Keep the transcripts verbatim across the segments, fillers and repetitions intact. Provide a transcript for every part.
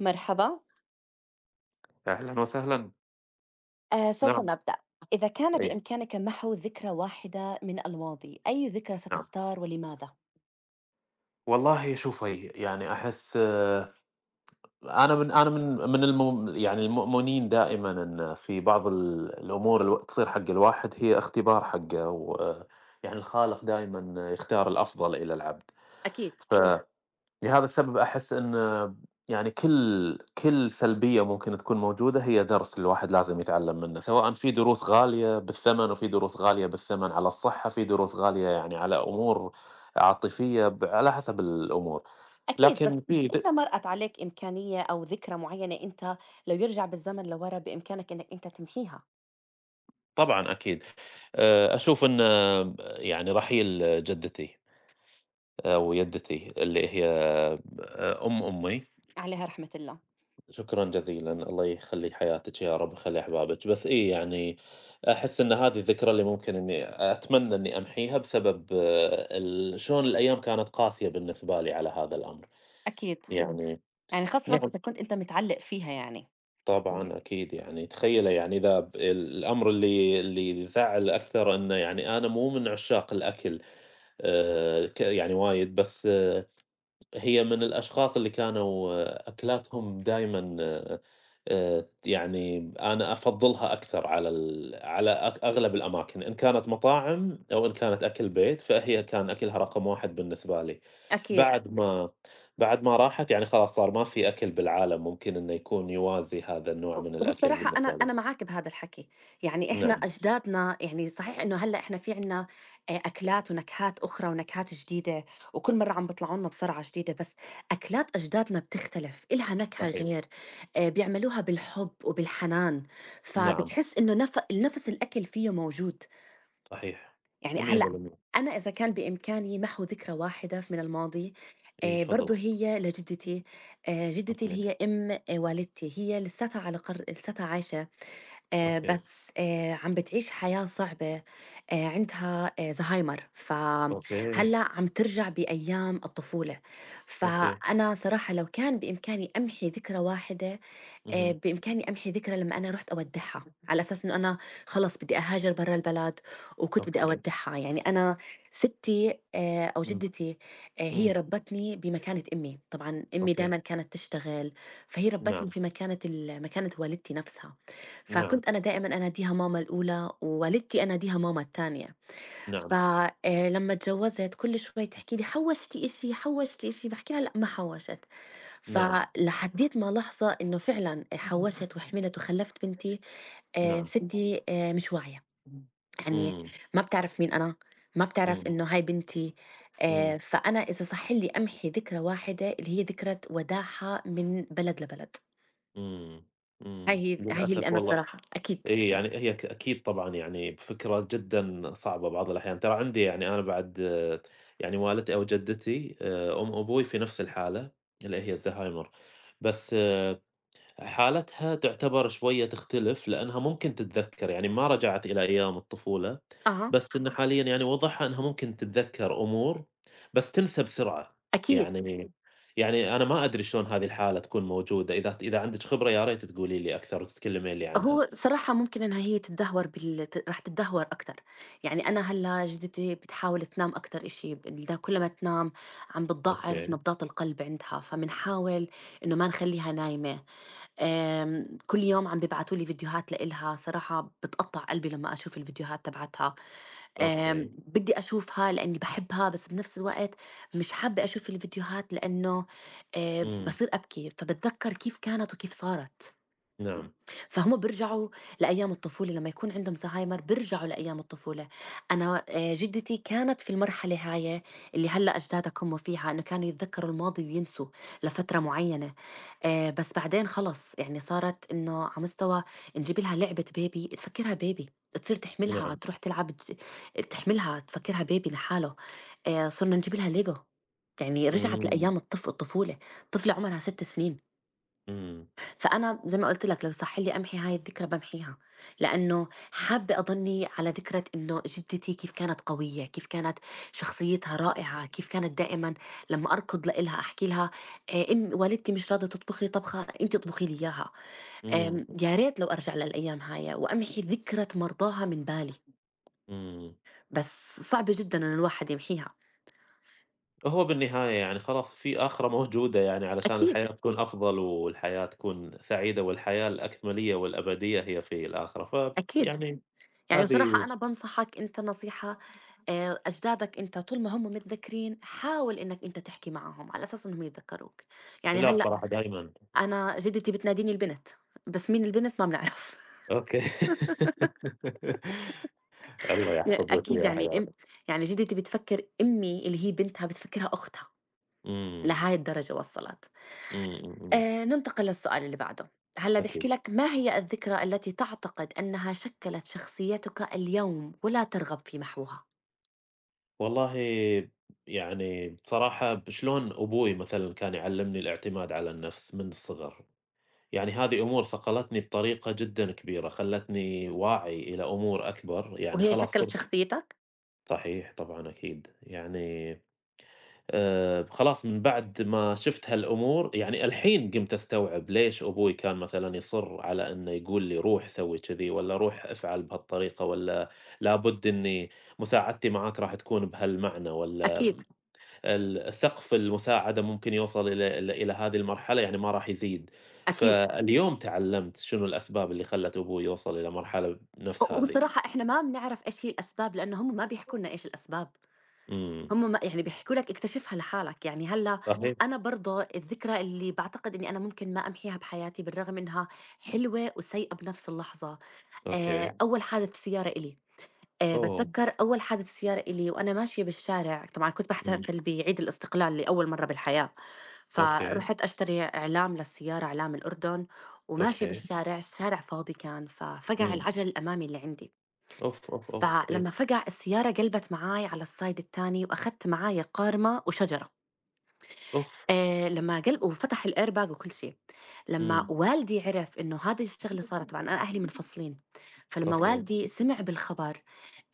مرحبا. أهلًا وسهلًا، آه، سوف نعم، نبدأ. إذا كان أي بإمكانك محو ذكرى واحدة من الماضي، أي ذكرى نعم. ستختار ولماذا؟ والله شوفي، يعني أحس آه، أنا من أنا من من الم يعني المؤمنين دائمًا إن في بعض ال الأمور الو تصير حق الواحد هي اختبار حقه، ويعني الخالق دايمًا يختار الأفضل إلى العبد، أكيد، ف لهذا السبب أحس إن يعني كل كل سلبية ممكن تكون موجودة هي درس الواحد لازم يتعلم منه، سواء في دروس غالية بالثمن وفي دروس غالية بالثمن على الصحة، في دروس غالية يعني على أمور عاطفية ب على حسب الأمور، أكيد، لكن بس في د إذا مرأت عليك إمكانية أو ذكرى معينة أنت، لو يرجع بالزمن لورا بإمكانك إنك أنت تمحيها. طبعًا أكيد، آآ أشوف إن أه، يعني رحيل جدتي أو يدتي اللي هي أه، أم أمي. عليها رحمة الله. شكرًا جزيلًا، الله يخلّي حياتِك يا رب ويخلّي أحبابِك، بس إي يعني أحس إن هذه الذكرى اللي ممكن إني أتمنى إني أمحيها بسبب آه، ال شلون الأيام كانت قاسية بالنسبة لي على هذا الأمر، أكيد، إمم. يعني يعني خاصة نعم. إذا كنت أنت متعلق فيها يعني. طبعًا أكيد يعني تخيّلي يعني إذا ب الأمر اللي اللي يزعّل أكثر إنه يعني أنا مو من عشاق الأكل، آآ، ك يعني وايد بس آه، هي من الأشخاص اللي كانوا آه، أكلاتهم دايمًا آآ، يعني أنا أفضّلها أكثر على ال على أك أغلب الأماكن، إن كانت مطاعم أو إن كانت أكل بيت، فهي كان أكلها رقم واحد بالنسبة لي. أكيد. بعد ما بعد ما راحت يعني خلاص صار ما في أكل بالعالم ممكن إنه يكون يوازي هذا النوع من الأكل والصراحة أنا بالنسبة لي. أنا معاك بهذا الحكي، يعني إحنا نعم أجدادنا يعني صحيح إنه هلأ إحنا في عنا آآ أكلات ونكهات أخرى ونكهات جديدة، وكل مرّة عم بيطلعوا لنا بصنعة جديدة، بس أكلات أجدادنا بتختلف، إلها نكهة صحيح، غير، آآ بيعملوها بالحب وبالحنان، نعم فبتحس إنه نف نَفَس الأكل فيه موجود. صحيح، يعني هلأ مية بالمية أنا إذا كان بإمكاني محو ذكرى واحدة ف من الماضي، إي آآ تفضل. برضه هي لجدتي، آآ جدتي أوكي، اللي هي أم آه، والدتي، هي لساتها على قر لساتها عايشة، آآ أوكي، بس آآ عم بتعيش حياة صعبة، آآ عندها آه، زهايمر، أوكي، فهلّأ عم ترجع بأيام الطفولة. أوكي، فأنا صراحة لو كان بإمكاني أمحي ذكرى واحدة، آه، اهم، بإمكاني أمحي ذكرى لما أنا رحت أودعها على أساس إنه أنا خلص بدي أهاجر برا البلد وكنت بدي أوكي، أودعها، يعني أنا ستي، آه، أو إمم. جدتي، آه، هي إمم، ربتني بمكانة أمي، طبعا أمي أوكي، دائما كانت تشتغل، فهي ربتني نعم، في مكانة ال- مكانة والدتي نفسها. نعم، فكنت أنا دائما أناديها ماما الأولى، ووالدتي أناديها ماما الثانية. نعم، فلما اتجوزت كل شوي تحكي لي حوشتي إشي حوشتي إشي، بحكي لها لا ما حوشت، نعم، فلحديت ما لحظة إنه فعلا حوشت وحملت وخلفت بنتي. آه، نعم. ستي آه، مش واعية، يعني إمم، ما بتعرف مين أنا، ما بتعرف إمم، إنه هاي بنتي. إمم، آه، فأنا إذا صح لي أمحي ذكرى واحدة اللي هي ذكرى وداعها من بلد لبلد، إمم، هاي إمم، هي هاي هي للأسف اللي أنا والله. صراحة أكيد. إي يعني هي ك أكيد طبعًا يعني فكرة جدًا صعبة بعض الأحيان، ترى عندي يعني أنا بعد آه، يعني والدتي أو جدتي آآ، أم أبوي في نفس الحالة اللي هي الزهايمر، بس حالتها تعتبر شوية تختلف، لأنها ممكن تتذكّر، يعني ما رجعت إلى أيام الطفولة، أها. بس إنه حاليًا يعني وضعها إنها ممكن تتذكّر أمور، بس تنسى بسرعة، أكيد يعني يعني أنا ما أدري شلون هذه الحالة تكون موجودة، إذا إذا عندِك خبرة يا ريت تقولي لي أكثر وتتكلمين لي عنها. هو صراحة ممكن إنها هي تتدهور بال ت راح تتدهور أكتر، يعني أنا هلّأ جدتي بتحاول تنام أكتر إشي، بدها كل ما تنام عم بتضعّف أوكي، نبضات القلب عندها، فبنحاول إنه ما نخلّيها نايمة. آمم، كل يوم عم بيبعتوا لي فيديوهات لإلها، صراحة بتقطّع قلبي لمّا أشوف الفيديوهات تبعتها. آمم، أوكي، بدي أشوفها لإني باحبها، بس بنفس الوقت مش حابة أشوف الفيديوهات، لإنه آآ إمم، باصير أبكي، فباتذكّر كيف كانت وكيف صارت. نعم، فهم بيرجعوا لأيام الطفولة، لما يكون عندهم زهايمر بيرجعوا لأيام الطفولة. أنا، آه، جدتي كانت في المرحلة هاي، اللي هلأ أجدادك هم فيها، إنه كانوا يتذكروا الماضي وينسوا لفترة معينة، آه، بس بعدين خلص يعني صارت إنه على مستوى نجيب لها لعبة بيبي تفكرها بيبي، تصير تحملها نعم، تروح تلعب، تج- تحملها تفكرها بيبي لحاله. آه، صرنا نجيب لها ليجو، يعني رجعت إمم، لأيام الطفل الطفولة، طفلة عمرها ست سنين. إمم، فأنا زي ما قُلت لك لو صح لي أمحي هاي الذكرى بامحيها، لإنه حابة أضلني على ذكرى إنه جدتي كيف كانت قوية، كيف كانت شخصيتها رائعة، كيف كانت دائمًا لمّا أركض لإلها أحكي لها، آآ إم والدتي مش راضية تطبخ لي طبخة، أنتِ اطبخي لي إياها. إمم، آمم يا ريت لو أرجع للأيام هاي وأمحي ذكرى مرضاها من بالي، إمم. بس صعب جدًا إنه الواحد يمحيها. هو بالنهاية يعني خلاص في آخرة موجودة يعني علشان أكيد، الحياة تكون أفضل والحياة تكون سعيدة والحياة الأكملية والأبدية هي في الآخرة ف أكيد، يعني يعني هذه. بصراحة أنا بانصحك أنت نصيحة، آآ أجدادك أنت طول ما هم متذكرين، حاول إنّك أنت تحكي معاهم على أساس إنّهم يتذكّروك. يعني لا هلّأ بصراحة دايمًا. أنا جدتي بتناديني البنت، بس مين البنت ما بنعرف. أوكي. الله ي يحفظ لك أكيد، إياها يعني يا إم رب. يعني جدتي بتفكّر أمي اللي هي بنتها، بتفكّرها أختها، إمم، لهاي الدرجة وصّلت. إمم، إمم، إمم، آآ ننتقل للسؤال اللي بعده، هلّأ أكيد. بيحكي لك ما هي الذكرى التي تعتقد أنها شكّلت شخصيتك اليوم ولا ترغب في محوها؟ والله يعني بصراحة شلون أبوي مثلًا كان يعلمني الاعتماد على النفس من الصغر. يعني هذه أمور صقلتني بطريقة جدًا كبيرة، خلّتني واعي إلى أمور أكبر، يعني وهي خلاص شكّلت صرت. شخصيتك؟ صحيح طبعًا أكيد، يعني آآ خلاص من بعد ما شُفت هالأمور يعني الحين قمت أستوعب ليش أبوي كان مثلًا يصِر على إنه يقول لي روح سوي كذي والّا روح افعل بهالطريقة والّا لابد إني مساعدتي معاك راح تكون بهالمعنى والّا أكيد، ال سقف المساعدة ممكن يوصل إلى إلى إلى هذه المرحلة، يعني ما راح يزيد. أكيد. فاليوم تعلمت شنو الأسباب اللي خلّت أبوي يوصل إلى مرحلة نفس هذه. وبصراحة إحنا ما بنعرف إيش هي الأسباب، لإنه هم ما بيحكوا لنا إيش الأسباب، إمم، هم ما يعني بيحكوا لك، اكتشفها لحالك، يعني هلّا صحيح، أنا برضه الذكرى اللي باعتقد إني أنا ممكن ما أمحيها بحياتي بالرغم إنها حلوة وسيئة بنفس اللحظة. آآ أوكي، إمم. أول حادث سيارة إلي، آآ أوه! باتذكّر أول حادث سيارة إلي وأنا ماشية بالشارع. طبعًا كنت إمم، باحتفل بعيد الاستقلال لأول مرّة بالحياة. إمم. أوكي، فرُحت أشتري إعلام للسيارة، إعلام الأردن، وماشية أوكي، بالشارع، الشارع فاضي كان، ففقع إمم، العجل الأمامي اللي عندي. أوف، أوف، أوف، أيوه، فلمّا فجأة السيارة قلبت معاي على الside التاني وأخدت معايا قارمة وشجرة، أوف! آآ لمّا قل وفتح الair bag وكل شي. لمّا إمم، إمم. والدي عرف إنه هذه الشغلة صارت، طبعًا أنا أهلي منفصلين، فلمّا أوكي، والدي سمع بالخبر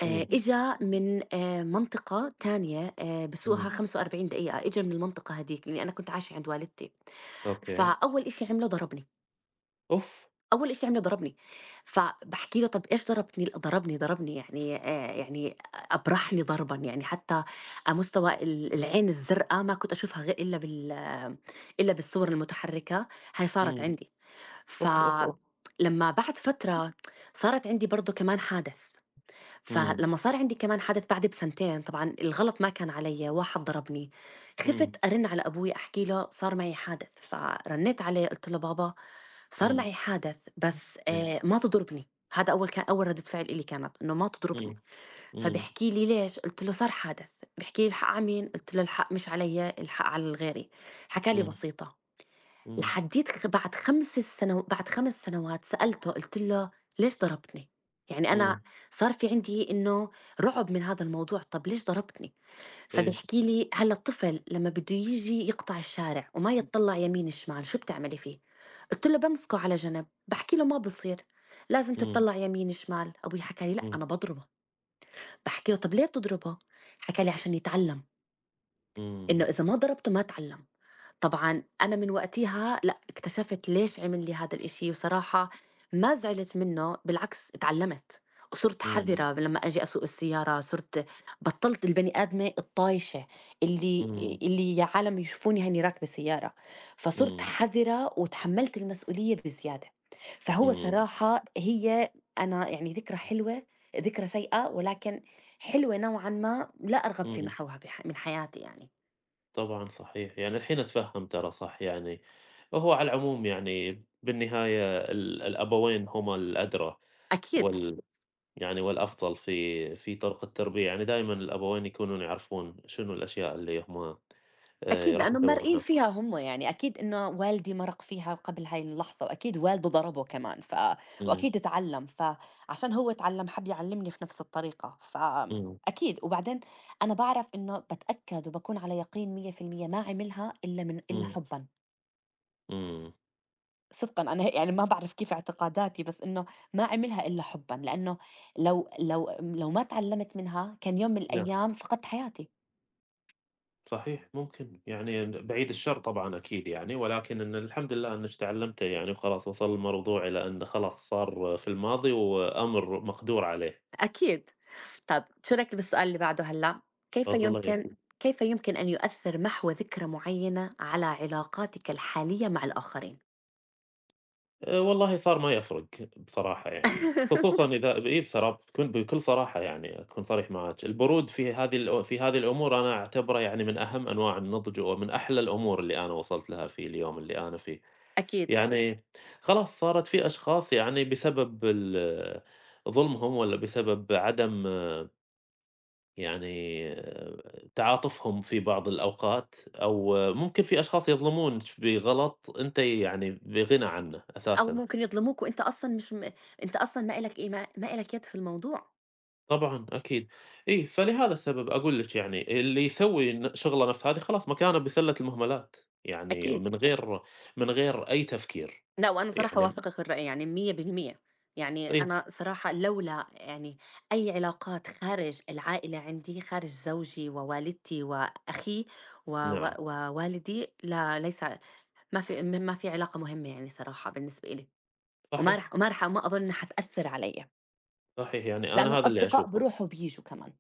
آآ إمم. إمم، إجا من آآ منطقة تانية، آآ بسوقها إمم، إمم. 45 دقيقة، إجا من المنطقة هاديك لإني أنا كنت عايشة عند والدتي، أوكي. أوكي، فأول إشي عمله ضربني. أوف! أول إشي عمله ضربني، فباحكي له: "طَب إيش ضربتني؟" لأ، ضربني، ضربني، يعني آآ يعني أبرحني ضربًا، يعني حتى على مستوى ال العين الزرقا ما كنت أشوفها غير إلا بال إلا بالصور المتحركة، هاي صارت إمم، عندي. أوف، أوف، أوف، فلمّا بعد فترة صارت عندي برضه كمان حادث. إمم. إمم، فلمّا صار عندي كمان حادث بعد بسنتين، طبعًا الغلط ما كان عليَّ، واحد ضربني، خِفت. إمم. إمم، أرن على أبوي أحكي له صار معي حادث، فرنيت عليه قُلت له: "بابا، صار إمم، معي حدث، بس إمم، آآ ما تضربني." هذا أول ك أول ردة فعل إلي كانت إنه ما إمم، تضربني. إمم، فبيحكي لي: "ليش؟" قُلت له: "صار حدث." بيحكي لي: "الحق على مين؟" قُلت له: "الحق مش عليَّ، الحق على غيري." حكى لي إمم، بسيطة. إمم، لحديت خ بعد 5 سنو بعد 5 سنوات سألته، قُلت له: "ليش ضربتني؟" يعني أنا إمم، صار في عندي إنه رعب من هذا الموضوع. طَب ليش ضربتني؟ إيه، فبيحكي لي: هلا الطفل لما بده يجي يقطع الشارع وما يتطلع يمين شمال شو بتعملي فيه؟ قلت له: بمسكه على جنب، بحكي له ما بصير، لازم إمم، تتطلع يمين شمال. ابوي حكى لي: لا، إمم، انا بضربه. بحكي له: طب ليه بتضربه؟ حكى لي: عشان يتعلم، انه إمم، اذا ما ضربته ما تعلم. طبعًا أنا من وقتها، لأ، اكتشفت ليش عمل لي هذا الإشي، وصراحة ما زعلت منّه، بالعكس اتعلّمت، وصُرت إمم. حذرة، ب لمّا أجي أسوق السيارة، صُرت بطّلت البني آدمة الطايشة اللي إمم، اللي يا عالم يشوفوني هاني راكبة سيارة، فصُرت إمم، حذرة وتحمّلت المسؤولية بزيادة. فهو إمم، صراحة هي، أنا يعني ذكرى حلوة، ذكرى سيئة ولكن حلوة نوعًا ما، لا أرغب في إمم، محوها بح من حياتي يعني. طبعًا صحيح، يعني الحين أتفهم ترى صح يعني، هو على العموم يعني بالنهاية ال الأبوين هما الأدرى أكيد. وال يعني والأفضل في في طرق التربية، يعني دايمًا الأبوين يكونون يعرفون شنو الأشياء اللي هما آآ أكيد، راح لأنه مارقين يسوونها. فيها هم يعني، أكيد إنه والدي مرَق فيها قبل هاي اللحظة، وأكيد والده ضربه كمان. ف إمم، وأكيد اتعلّم، فعشان هو اتعلّم حَب يعلّمني في نفس الطريقة، إمم، فأكيد. وبعدين أنا باعرف إنه باتأكد وباكون على يقين مية بالمية، ما عملها إلا من إلا إمم، حُبًا. إمم، صدقًا أنا هيك يعني ما باعرف كيف اعتقاداتي، بس إنه ما عملها إلا حُبًا، لأنه لو لو لو ما اتعلّمت منها كان يوم من نعم. الأيام فقدت حياتي. صحيح ممكن، يعني بعيد الشر طبعًا أكيد يعني، ولكن إن الحمد لله إنِّك تعلمتِ يعني وخلاص وصل الموضوع إلى أنه خلاص صار في الماضي وأمر مقدور عليه، أكيد. طَب شو رأيك بالسؤال اللي بعده هلّأ؟ كيف أفضلية. يمكن كيف يمكن أن يؤثّر محو ذكرى معيّنة على علاقاتِك الحالية مع الآخرين؟ آآ والله صار ما يفرق بصراحة يعني، خصوصًا إذا إيه بصرا بكون بكل صراحة يعني أكون صريح معاك، البرود في هذه الأ في هذه الأمور أنا أعتبره يعني من أهم أنواع النضج ومن أحلى الأمور اللي أنا وصلت لها في اليوم اللي أنا فيه. أكيد. يعني خلاص صارت في أشخاص يعني بسبب ال ظلمهم والّا بسبب عدم يعني تعاطفهم في بعض الأوقات، أو ممكن في أشخاص يظلمون ش بغلط أنت يعني بغنى عنه أو أساسًا، ممكن يظلموك وأنت أصلًا مش م أنت أصلًا ما إلك، إي ما ما إلك يد في الموضوع. طبعًا أكيد، إي فلهذا السبب أقول لِك يعني اللي يسوي ن شغلة نفس هذه خلاص مكانه بسلة المهملات، يعني أكيد. من غير من غير أي تفكير، لأ، وأنا صراحة يعني أوافقِك الرأي يعني مية بالمية، يعني إي، أنا صراحة لولا يعني أي علاقات خارج العائلة عندي، خارج زوجي ووالدتي وأخي و و نعم، ووالدي، لا ليس ما في م ما في علاقة مهمة يعني صراحة بالنسبة إلي، وما صحيح، رح وما رح وما أظن إنها حتأثّر عليَّ، صحيح، يعني لأنه أنا هذا اللي الأصدقاء أشوفه. بيروحوا وبييجوا كمان.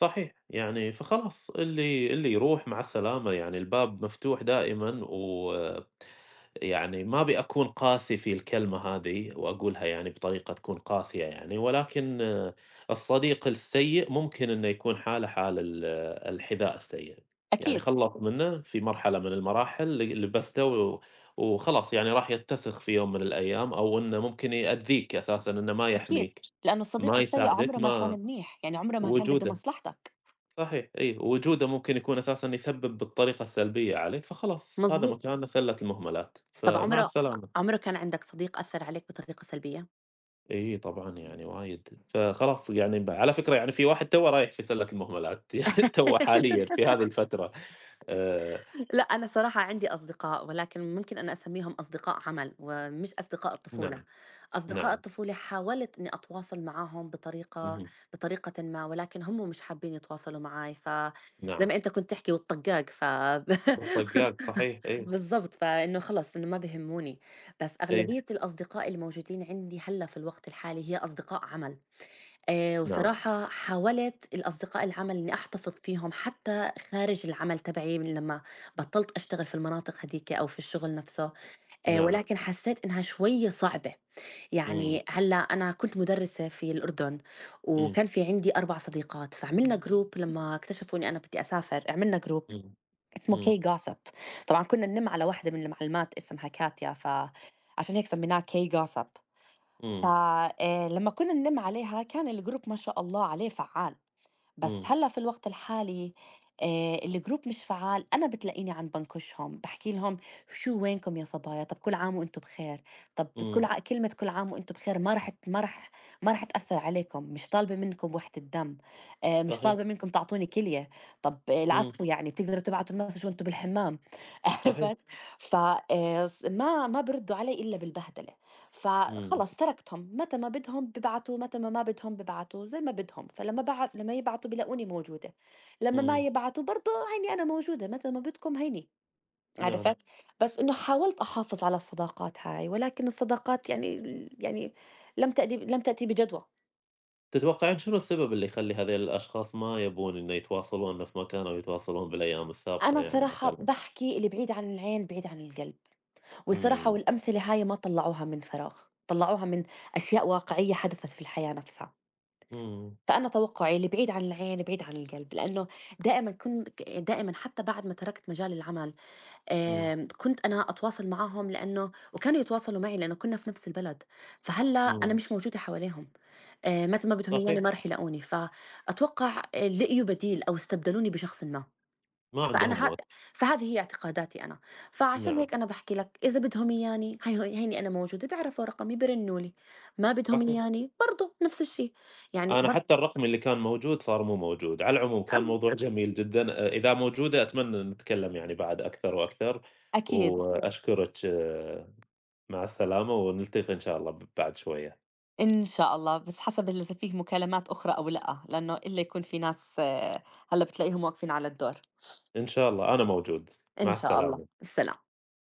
صحيح، يعني فخلاص اللي اللي يروح مع السلامة يعني الباب مفتوح دائمًا ويعني ما أبي أكون قاسي في الكلمة هذه وأقولها يعني بطريقة تكون قاسية يعني، ولكن آه، الصديق السيء ممكن إنه يكون حاله حال ال آه، الحذاء السيء، يعني أكيد، خلّص منه في مرحلة من المراحل ل لبسته و وخلاص يعني راح يتسخ في يوم من الأيام أو إنه ممكن يأذيك أساسًا إنه ما أكيد، يحميك، لأنه الصديق ما السيء يساعدك، عمره ما كان ما منيح، يعني عمره ما كان بده وجوده. مصلحتك. صحيح أي، وجوده ممكن يكون أساسًا يسبب بالطريقة السلبية عليك، فخلاص هذا مضبوط، مكانه سلة المهملات، طَب فمع عمره السلامة. عمره كان عندك صديق أثّر عليك بطريقة سلبية؟ إي طبعًا يعني وايد، فخلاص يعني ب على فكرة يعني في واحد توّه رايح في سلة المهملات يعني توّه حاليًا في هذه الفترة آآ، لأ، أنا صراحة عندي أصدقاء، ولكن ممكن أنا أسميهم أصدقاء عمل ومش أصدقاء الطفولة. نعم، أصدقاء نعم، الطفولة حاولت إني أتواصل معاهم بطريقة اهم، بطريقةٍ ما، ولكن هم مش حابين يتواصلوا معاي، فزي نعم، ما أنت كنت تحكي والطقاق ف بالطقاق صحيح أي، بالضبط، فإنه خلص إنه ما بيهموني. بس أي، أغلبية الأصدقاء الموجودين عندي هلّأ في الوقت الحالي هي أصدقاء عمل. آآ نعم، وصراحة حاولت الأصدقاء العمل إنّي أحتفظ فيهم حتى خارج العمل تبعي من لمّا بطّلت أشتغل في المناطق هاديك أو في الشغل نفسه، آآ نعم، ولكن حسّيت إنها شوية صعبة، إمم، يعني هلّا أنا كنت مُدرّسة في الأردن، إمم، وكان في عندي 4 صديقات، فعملنا group لمّا اكتشفوا إنّي أنا بدي أسافر، عملنا group إمم، اسمه إمم، K gossip. طبعًا كنّا نلِم على واحدة من المعلمات اسمها كاتيا، فعشان هيك سميناه K gossip. إمم، فلما كنا نلم عليها كان الجروب ما شاء الله عليه فعال، بس إمم، هلا في الوقت الحالي آه، الجروب مش فعال، انا بتلاقيني عم بنكشهم، بحكي لهم: شو وينكم يا صبايا، طب كل عام وانتم بخير. طب إمم، كل ع... كلمه كل عام وانتم بخير، ما رح ت- ما رح ما رح تاثر عليكم، مش طالبه منكم وحده الدم، آه، مش صحيح، طالبه منكم تعطوني كليه، طب آه، إمم، العفو، يعني بتقدروا تبعتوا المسج وانتم بالحمام. صحيح، عرفت، فما ما ما بردوا علي الا بالبهدله، إمم، فخلص تركتهم، متى ما بدهم ببعتوا، متى ما ما بدهم ببعتوا زي ما بدهم، فلما بعت لما يبعتوا بلاقوني موجودة، لما ما إمم، يبعتوا برضه هيني أنا موجودة، متى ما بدكم هيني، نعم. عرفت. بس إنه حاولت أحافظ على الصداقات هاي، ولكن الصداقات يعني يعني لم تأتي لم تأتي بجدوى. تتوقعين شنو السبب اللي يخلّي هذيل الأشخاص ما يبون إنه يتواصلون نفس ما كانوا يتواصلون بالأيام السابقة أنا يعني صراحة مثلًا؟ بحكي اللي بعيد عن العين بعيد عن القلب، والصراحة إمم، والأمثلة هاي ما طلعوها من فراغ، طلعوها من أشياء واقعية حدثت في الحياة نفسها. إمم، فأنا توقُّعي اللي بعيد عن العين بعيد عن القلب، لإنه دائمًا كن ك دائمًا حتى بعد ما تركت مجال العمل، إمم، آمم، كنت أنا أتواصل معاهم لإنه وكانوا يتواصلوا معي لإنه كنا في نفس البلد. فهلّأ أنا إمم، مش موجودة حواليهم، آآ، متى ما بدهم إياني صحيح، ما رح يلاقوني، فأتوقّع آآ، لقيوا بديل أو استبدلوني بشخصٍ ما، ما عندهم فأنا ه وقت، فهذه هي اعتقاداتي أنا، فعشان نعم، هيك أنا باحكي لك إذا بدهم إياني هي هيني أنا موجودة، بيعرفوا رقمي بيرنّوا لي، ما بدهم صحيح. إياني برضه نفس الشي، يعني أنا بس. حتى الرقم اللي كان موجود صار مو موجود، على العموم كان موضوع جميل جدًا، أ إذا موجودة أتمنى نتكلم يعني بعد أكثر وأكثر، أكيد. وأشكرِك آه، مع السلامة ونلتقي إن شاء الله ب بعد شوية، إن شاء الله، بس حسب إذا فيه مكالمات أخرى أو لأ، لأنه إلا يكون في ناس، آه، هلّأ بتلاقيهم واقفين على الدور، إن شاء الله أنا موجود، مع إن شاء الله، السلامة. السلام.